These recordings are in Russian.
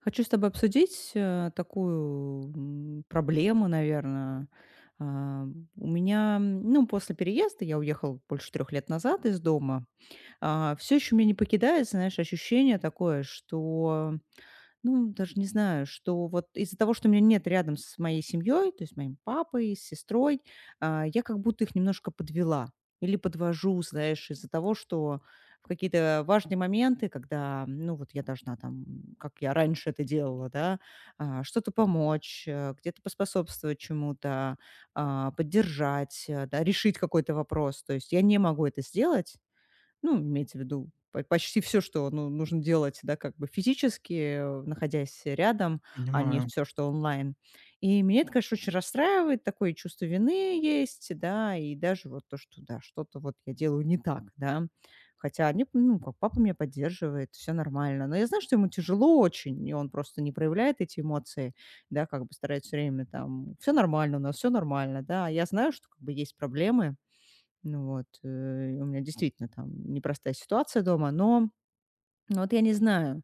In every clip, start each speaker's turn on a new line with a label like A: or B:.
A: Хочу с тобой обсудить такую проблему, наверное. А, У меня, ну, после переезда, я уехала больше 3 лет назад из дома, все еще меня не покидает, знаешь, ощущение такое, что ну, даже не знаю, что вот из-за того, что меня нет рядом с моей семьей, то есть моим папой, с сестрой, я как будто их немножко подвела или подвожу, знаешь, из-за того, что в какие-то важные моменты, когда, ну, вот я должна там, как я раньше это делала, да, что-то помочь, где-то поспособствовать чему-то, поддержать, да, решить какой-то вопрос. То есть я не могу это сделать, ну, имеется в виду по почти все, что, ну, нужно делать, да, как бы физически, находясь рядом, а не
B: Понимаю,
A: все, что онлайн. И меня это, конечно, очень расстраивает. Такое чувство вины есть, да, и даже вот то, что, да, что-то вот я делаю не так, да. Хотя они, ну, как папа меня поддерживает, все нормально. Но я знаю, что ему тяжело очень, и он просто не проявляет эти эмоции, да, как бы старается все время там: все нормально у нас, все нормально", да. А я знаю, что как бы есть проблемы. Ну вот, у меня действительно там непростая ситуация дома, но, вот я не знаю,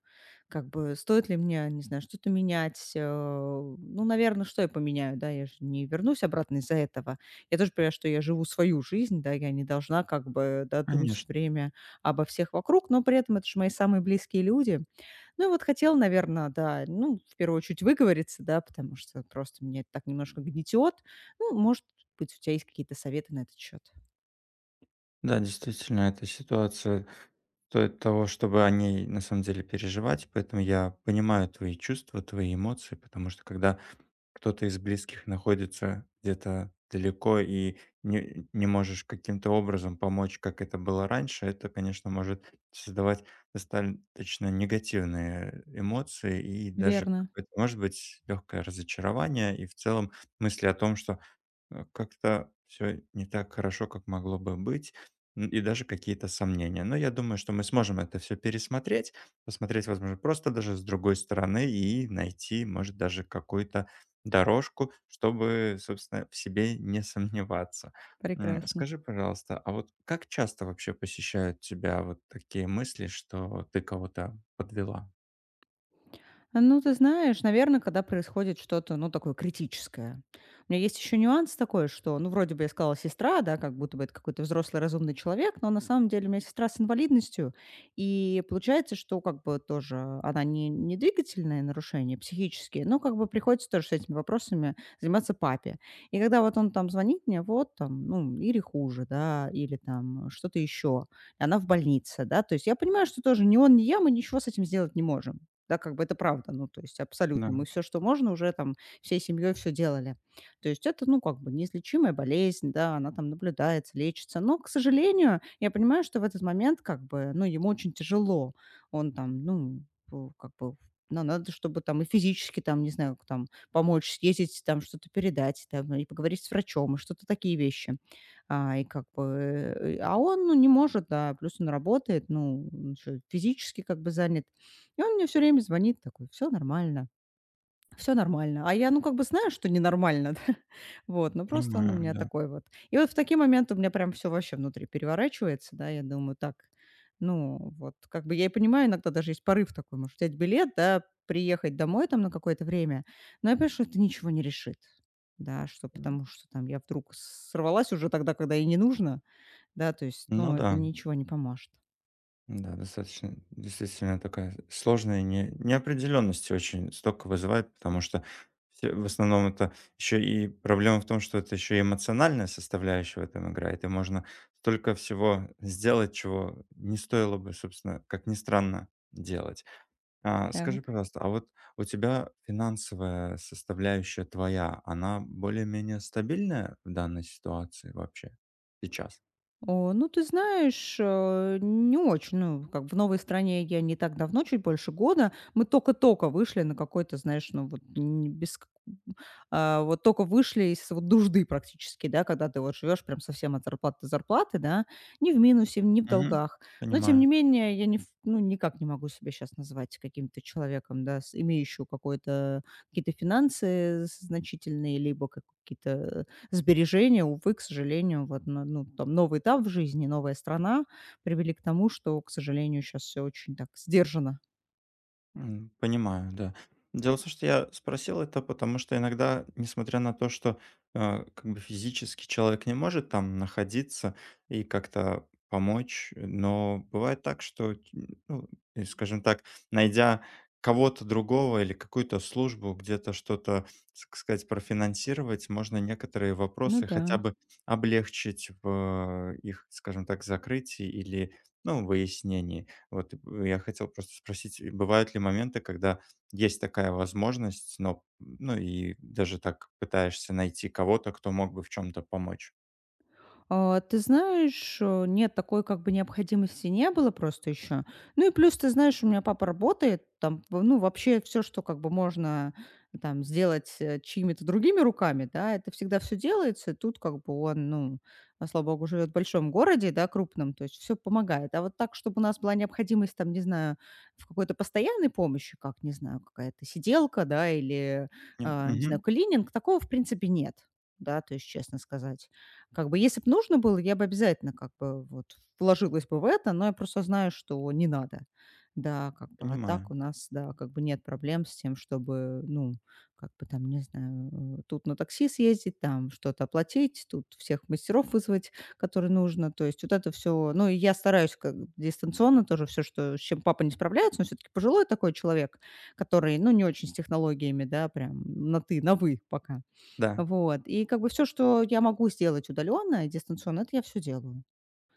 A: как бы стоит ли мне, не знаю, что-то менять. Ну, наверное, что я поменяю, да, я же не вернусь обратно из-за этого. Я тоже понимаю, что я живу свою жизнь, да, я не должна как бы, да, думать все
B: конечно.
A: время обо всех вокруг, но при этом это же мои самые близкие люди. Ну, и вот хотела, наверное, да, ну, в первую очередь выговориться, да, потому что просто меня это так немножко гнетет. Ну, может быть, у тебя есть какие-то советы на этот счет.
B: Да, действительно, эта ситуация стоит того, чтобы о ней на самом деле переживать, поэтому я понимаю твои чувства, твои эмоции, потому что, когда кто-то из близких находится где-то далеко и не можешь каким-то образом помочь, как это было раньше, это, конечно, может создавать достаточно негативные эмоции и даже
A: Верно.
B: какое-то, может быть, легкое разочарование и в целом мысли о том, что как-то все не так хорошо, как могло бы быть, и даже какие-то сомнения. Но я думаю, что мы сможем это все пересмотреть, посмотреть, возможно, просто даже с другой стороны и найти, может, даже какую-то дорожку, чтобы, собственно, в себе не сомневаться.
A: Прекрасно.
B: Скажи, пожалуйста, а вот как часто вообще посещают тебя вот такие мысли, что ты кого-то подвела?
A: Ну, ты знаешь, наверное, когда происходит что-то, ну, такое критическое. У меня есть еще нюанс такой, что, ну, вроде бы я сказала сестра, да, как будто бы это какой-то взрослый разумный человек, но на самом деле у меня сестра с инвалидностью, и получается, что как бы тоже она не двигательные нарушения психические, но как бы приходится тоже с этими вопросами заниматься папе. И когда вот он там звонит мне, вот там, ну, или хуже, да, или там что-то еще, и она в больнице, да, то есть я понимаю, что тоже ни он, ни я, мы ничего с этим сделать не можем. Да, как бы это правда, ну, то есть
B: Да,
A: абсолютно. Мы все что можно, уже там всей семьей все делали. То есть это, ну, как бы неизлечимая болезнь, да, она там наблюдается, лечится. Но, к сожалению, я понимаю, что в этот момент как бы, ну, ему очень тяжело. Он там, ну, п как бы, но надо, чтобы там и физически там, не знаю, к там помочь съездить, там что-то передать, там и поговорить с врачом, и что-то такие вещи. И как бы, а он, ну, не может, да, плюс он работает, ну, он еще физически как бы занят. И он мне все время звонит такой: все нормально, все нормально". А я, ну, как бы знаю, что ненормально, да. Вот, но просто он у
B: понимаю,
A: меня
B: да.
A: такой вот. И вот в такие моменты у меня прям все вообще внутри переворачивается, да. Я думаю: "Так, ну, вот как бы я и понимаю, иногда даже есть порыв такой, может, взять билет, да, приехать домой там на какое-то время". Но я понимаю, что это ничего не решит. Да, что потому что там я вдруг сорвалась уже тогда, когда и не нужно, да, то есть,
B: Ну
A: ну, это
B: да.
A: ничего не поможет.
B: Да, достаточно, действительно, такая сложная не, неопределенность очень столько вызывает, потому что все, в основном это еще и проблема в том, что это еще и эмоциональная составляющая в этом играет, и можно столько всего сделать, чего не стоило бы, собственно, как ни странно, делать. Скажи,
A: Так.
B: пожалуйста, а вот у тебя финансовая составляющая твоя, она более-менее стабильная в данной ситуации вообще сейчас?
A: О, ну, ты знаешь, не очень. Ну, как в новой стране я не так давно, чуть больше года. Мы только-только вышли на какой-то, знаешь, ну, вот не без вот только вышли из вот нужды практически, да, когда ты вот живешь прям совсем от зарплаты до зарплаты, да, ни в минусе, ни в
B: Мгм.
A: долгах. Но, тем
B: Понимаю.
A: не менее, я не ф ну, никак не могу себя сейчас назвать каким-то человеком, да, с имеющим какой-то какие-то финансы значительные, либо как какие-то. Сбережения, увы, к сожалению, вот, на ну, там новый этап в жизни, новая страна привели к тому, что, к сожалению, сейчас все очень так сдержанно.
B: Понимаю, да. Дело в том, что я спросил это, потому что иногда, несмотря на то, что, как бы физически человек не может там находиться и как-то помочь, но бывает так, что, ну, и, скажем так, найдя кого-то другого или какую-то службу, где-то что-то, так сказать, профинансировать, можно некоторые
A: Ну
B: вопросы
A: да.
B: хотя бы облегчить в их, скажем так, закрытии или, ну, выяснении. Вот и я хотел просто спросить, бывают ли моменты, когда есть такая возможность, но, ну, и даже так пытаешься найти кого-то, кто мог бы в чем то помочь?
A: Ты знаешь, нет, такой как бы необходимости не было просто еще. Ну и плюс, ты знаешь, у меня папа работает, там, ну, вообще все, что как бы можно там сделать чьими-то другими руками, да, это всегда все делается. Тут как бы он, ну, слава богу, живет в большом городе, да, крупном, то есть все помогает. А вот так, чтобы у нас была необходимость там, не знаю, в какой-то постоянной помощи, как, не знаю, какая-то сиделка, да, или,
B: М,
A: не знаю,
B: мгм,
A: клининг, такого, в принципе, нет, да, то есть, честно сказать. Как бы, если бы нужно было, я бы обязательно как бы вот вложилась бы в это, но я просто знаю, что не надо. Да, как бы, а так
B: понимаю.
A: у нас, да, как бы нет проблем с тем, чтобы, ну, как бы там, не знаю, тут на такси съездить, там что-то оплатить, тут всех мастеров вызвать, которые нужно. То есть вот это все, ну, и я стараюсь как дистанционно тоже все, что, с чем папа не справляется, но все-таки пожилой такой человек, который, ну, не очень с технологиями, да, прям на ты, на вы пока.
B: Да.
A: Вот. И как бы все, что я могу сделать удаленно и дистанционно, это я все делаю,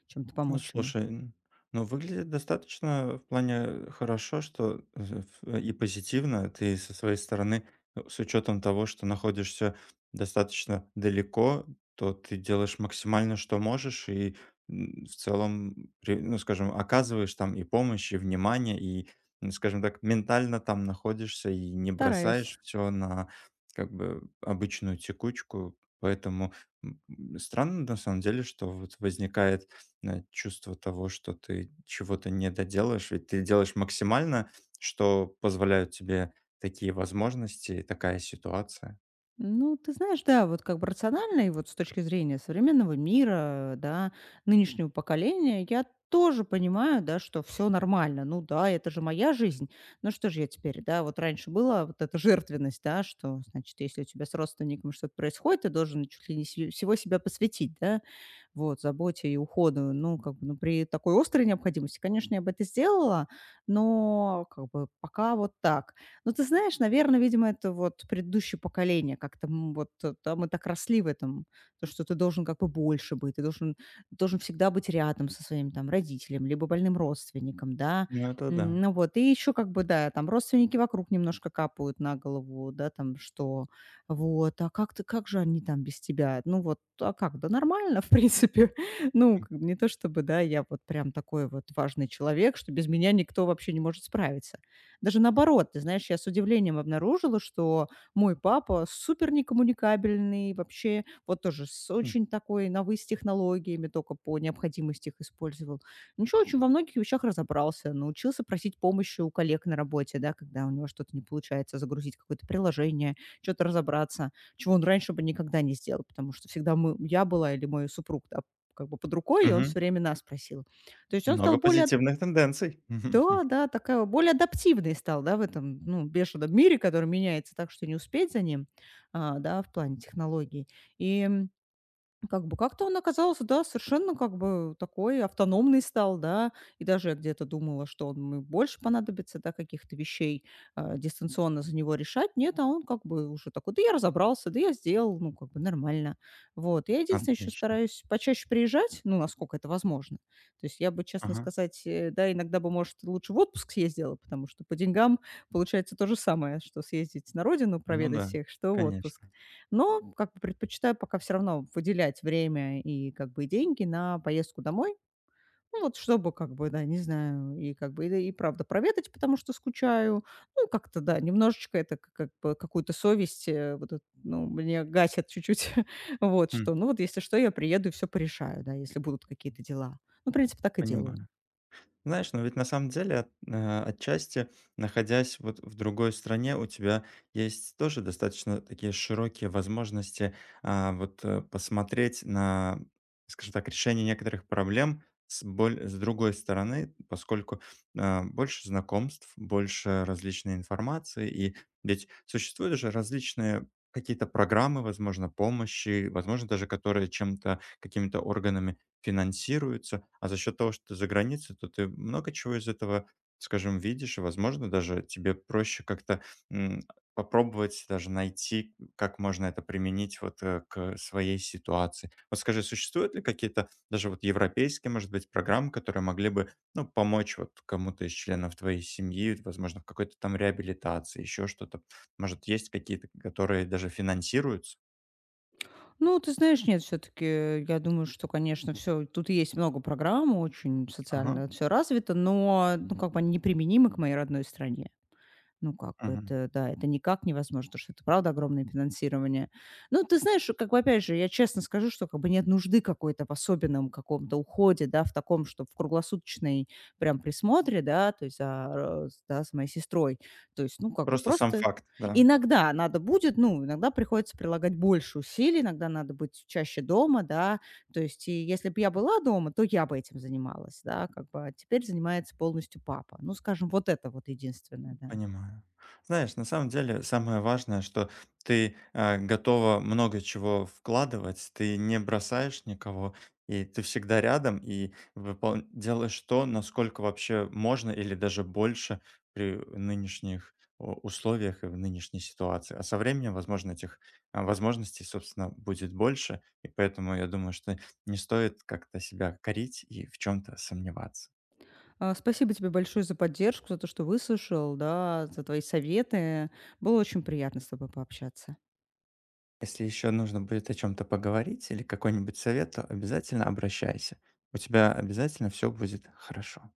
A: чем-то
B: Ну,
A: помочь ему.
B: слушай, ну, выглядит достаточно в плане хорошо, что и позитивно ты со своей стороны, с учетом того, что находишься достаточно далеко, то ты делаешь максимально, что можешь, и в целом, ну, скажем, оказываешь там и помощь, и внимание, и, скажем так, ментально там находишься и не
A: Стараюсь.
B: бросаешь все на как бы обычную текучку. Поэтому странно на самом деле, что вот возникает чувство того, что ты чего-то не доделаешь, ведь ты делаешь максимально, что позволяют тебе такие возможности и такая ситуация.
A: Ну, ты знаешь, да, вот как бы рационально и вот с точки зрения современного мира, да, нынешнего поколения, я тоже понимаю, да, что все нормально. Ну да, это же моя жизнь. Ну что же я теперь, да, вот раньше была вот эта жертвенность, да, что, значит, если у тебя с родственником что-то происходит, ты должен чуть ли не сию всего себя посвятить, да. Вот, заботе и уходу. Ну, как бы, ну, при такой острой необходимости, конечно, я бы это сделала, но как бы пока вот так. Но ты знаешь, наверное, видимо, это вот предыдущее поколение как-то вот да, мы так росли в этом, то, что ты должен как бы больше быть, ты должен всегда быть рядом со своим там родителем, либо больным родственником, да.
B: Ну, это да.
A: Ну вот, и еще как бы, да, там родственники вокруг немножко капают на голову, да, там, что вот, а как ты, как же они там без тебя? Ну вот, а как? Да нормально, в принципе. Ну,
B: М,
A: как бы не то чтобы, да, я вот прям такой вот важный человек, что без меня никто вообще не может справиться. Даже наоборот, ты знаешь, я с удивлением обнаружила, что мой папа супер некоммуникабельный, вообще вот тоже с
B: м.
A: очень такой новой с технологиями, только по необходимости их использовал. Ничего, очень во многих вещах разобрался, научился просить помощи у коллег на работе, да, когда у него что-то не получается, загрузить какое-то приложение, чё-то разобраться, чего он раньше бы никогда не сделал, потому что всегда мы я была или мой супруг, да, как бы под рукой, и он
B: Мгм.
A: всё время нас просил. То есть он
B: Много
A: стал более
B: позитивных тенденций.
A: да, да, такая вот, более адаптивный стал, да, в этом, ну, бешеном мире, который меняется так, что не успеть за ним, да, в плане технологий. И как бы как-то он оказался, да, совершенно как бы такой автономный стал, да. И даже я где-то думала, что он мне больше понадобится, да, каких-то вещей, дистанционно за него решать. Нет, а он как бы уже такой: "Да я разобрался, да я сделал, ну, как бы нормально". Вот. Я единственное, еще
B: Отлично.
A: стараюсь почаще приезжать, ну, насколько это возможно. То есть я бы, честно
B: Ага.
A: сказать, да, иногда бы, может, лучше в отпуск съездила, потому что по деньгам получается то же самое, что съездить на родину,
B: Ну
A: проведать
B: да,
A: всех, что в отпуск.
B: конечно.
A: Но как бы предпочитаю пока все равно выделять время и как бы и деньги на поездку домой. Ну, вот чтобы как бы, да, не знаю, и как бы, и правда проведать, потому что скучаю. Ну, как-то, да, немножечко это к как бы какую-то совесть, вот эт ну, мне гасят чуть-чуть. Вот
B: М,
A: что, ну, вот если что, я приеду и всё порешаю, да, если будут какие-то дела. Ну, в принципе, так и делаю.
B: Понимаю. Знаешь, но ведь на самом деле отчасти, находясь вот в другой стране, у тебя есть тоже достаточно такие широкие возможности посмотреть на, скажем так, решение некоторых проблем с другой стороны, поскольку больше знакомств, больше различной информации, и ведь существуют же различные какие-то программы, возможно, помощи, возможно, даже которые чем-то, какими-то органами финансируется. А за счет того, что ты за границей, то ты много чего из этого, скажем, видишь, и, возможно, даже тебе проще как-то м, попробовать даже найти, как можно это применить вот к своей ситуации. Вот скажи, существуют ли какие-то даже вот европейские, может быть, программы, которые могли бы, ну, помочь вот кому-то из членов твоей семьи, возможно, в какой-то там реабилитации, еще что-то? Может, есть какие-то, которые даже финансируются?
A: Ну, ты знаешь, нет, все-таки я думаю, что, конечно, все, тут есть много программ, очень
B: Ага.
A: социально все развито, но, ну, как бы они неприменимы к моей родной стране. Ну, как бы
B: Мгм.
A: это, да, это никак невозможно, потому что это, правда, огромное финансирование. Ну, ты знаешь, как бы, опять же, я честно скажу, что как бы нет нужды какой-то в особенном каком-то уходе, да, в таком, что в круглосуточной прям присмотре, да, то есть, да, с моей сестрой. То есть, ну, как бы
B: Просто сам
A: просто
B: факт, да.
A: иногда надо будет, ну, иногда приходится прилагать больше усилий, иногда надо быть чаще дома, да, то есть и если бы я была дома, то я бы этим занималась, да, как бы, а теперь занимается полностью папа. Ну, скажем, вот это вот единственное, да.
B: Понимаю. Знаешь, на самом деле самое важное, что ты готова много чего вкладывать, ты не бросаешь никого, и ты всегда рядом, и делаешь то, насколько вообще можно или даже больше при нынешних условиях и в нынешней ситуации. А со временем, возможно, этих возможностей, собственно, будет больше, и поэтому я думаю, что не стоит как-то себя корить и в чем-то сомневаться.
A: Спасибо тебе большое за поддержку, за то, что выслушал, да, за твои советы. Было очень приятно с тобой пообщаться.
B: Если еще нужно будет о чем-то поговорить или какой-нибудь совет, то обязательно обращайся. У тебя обязательно все будет хорошо.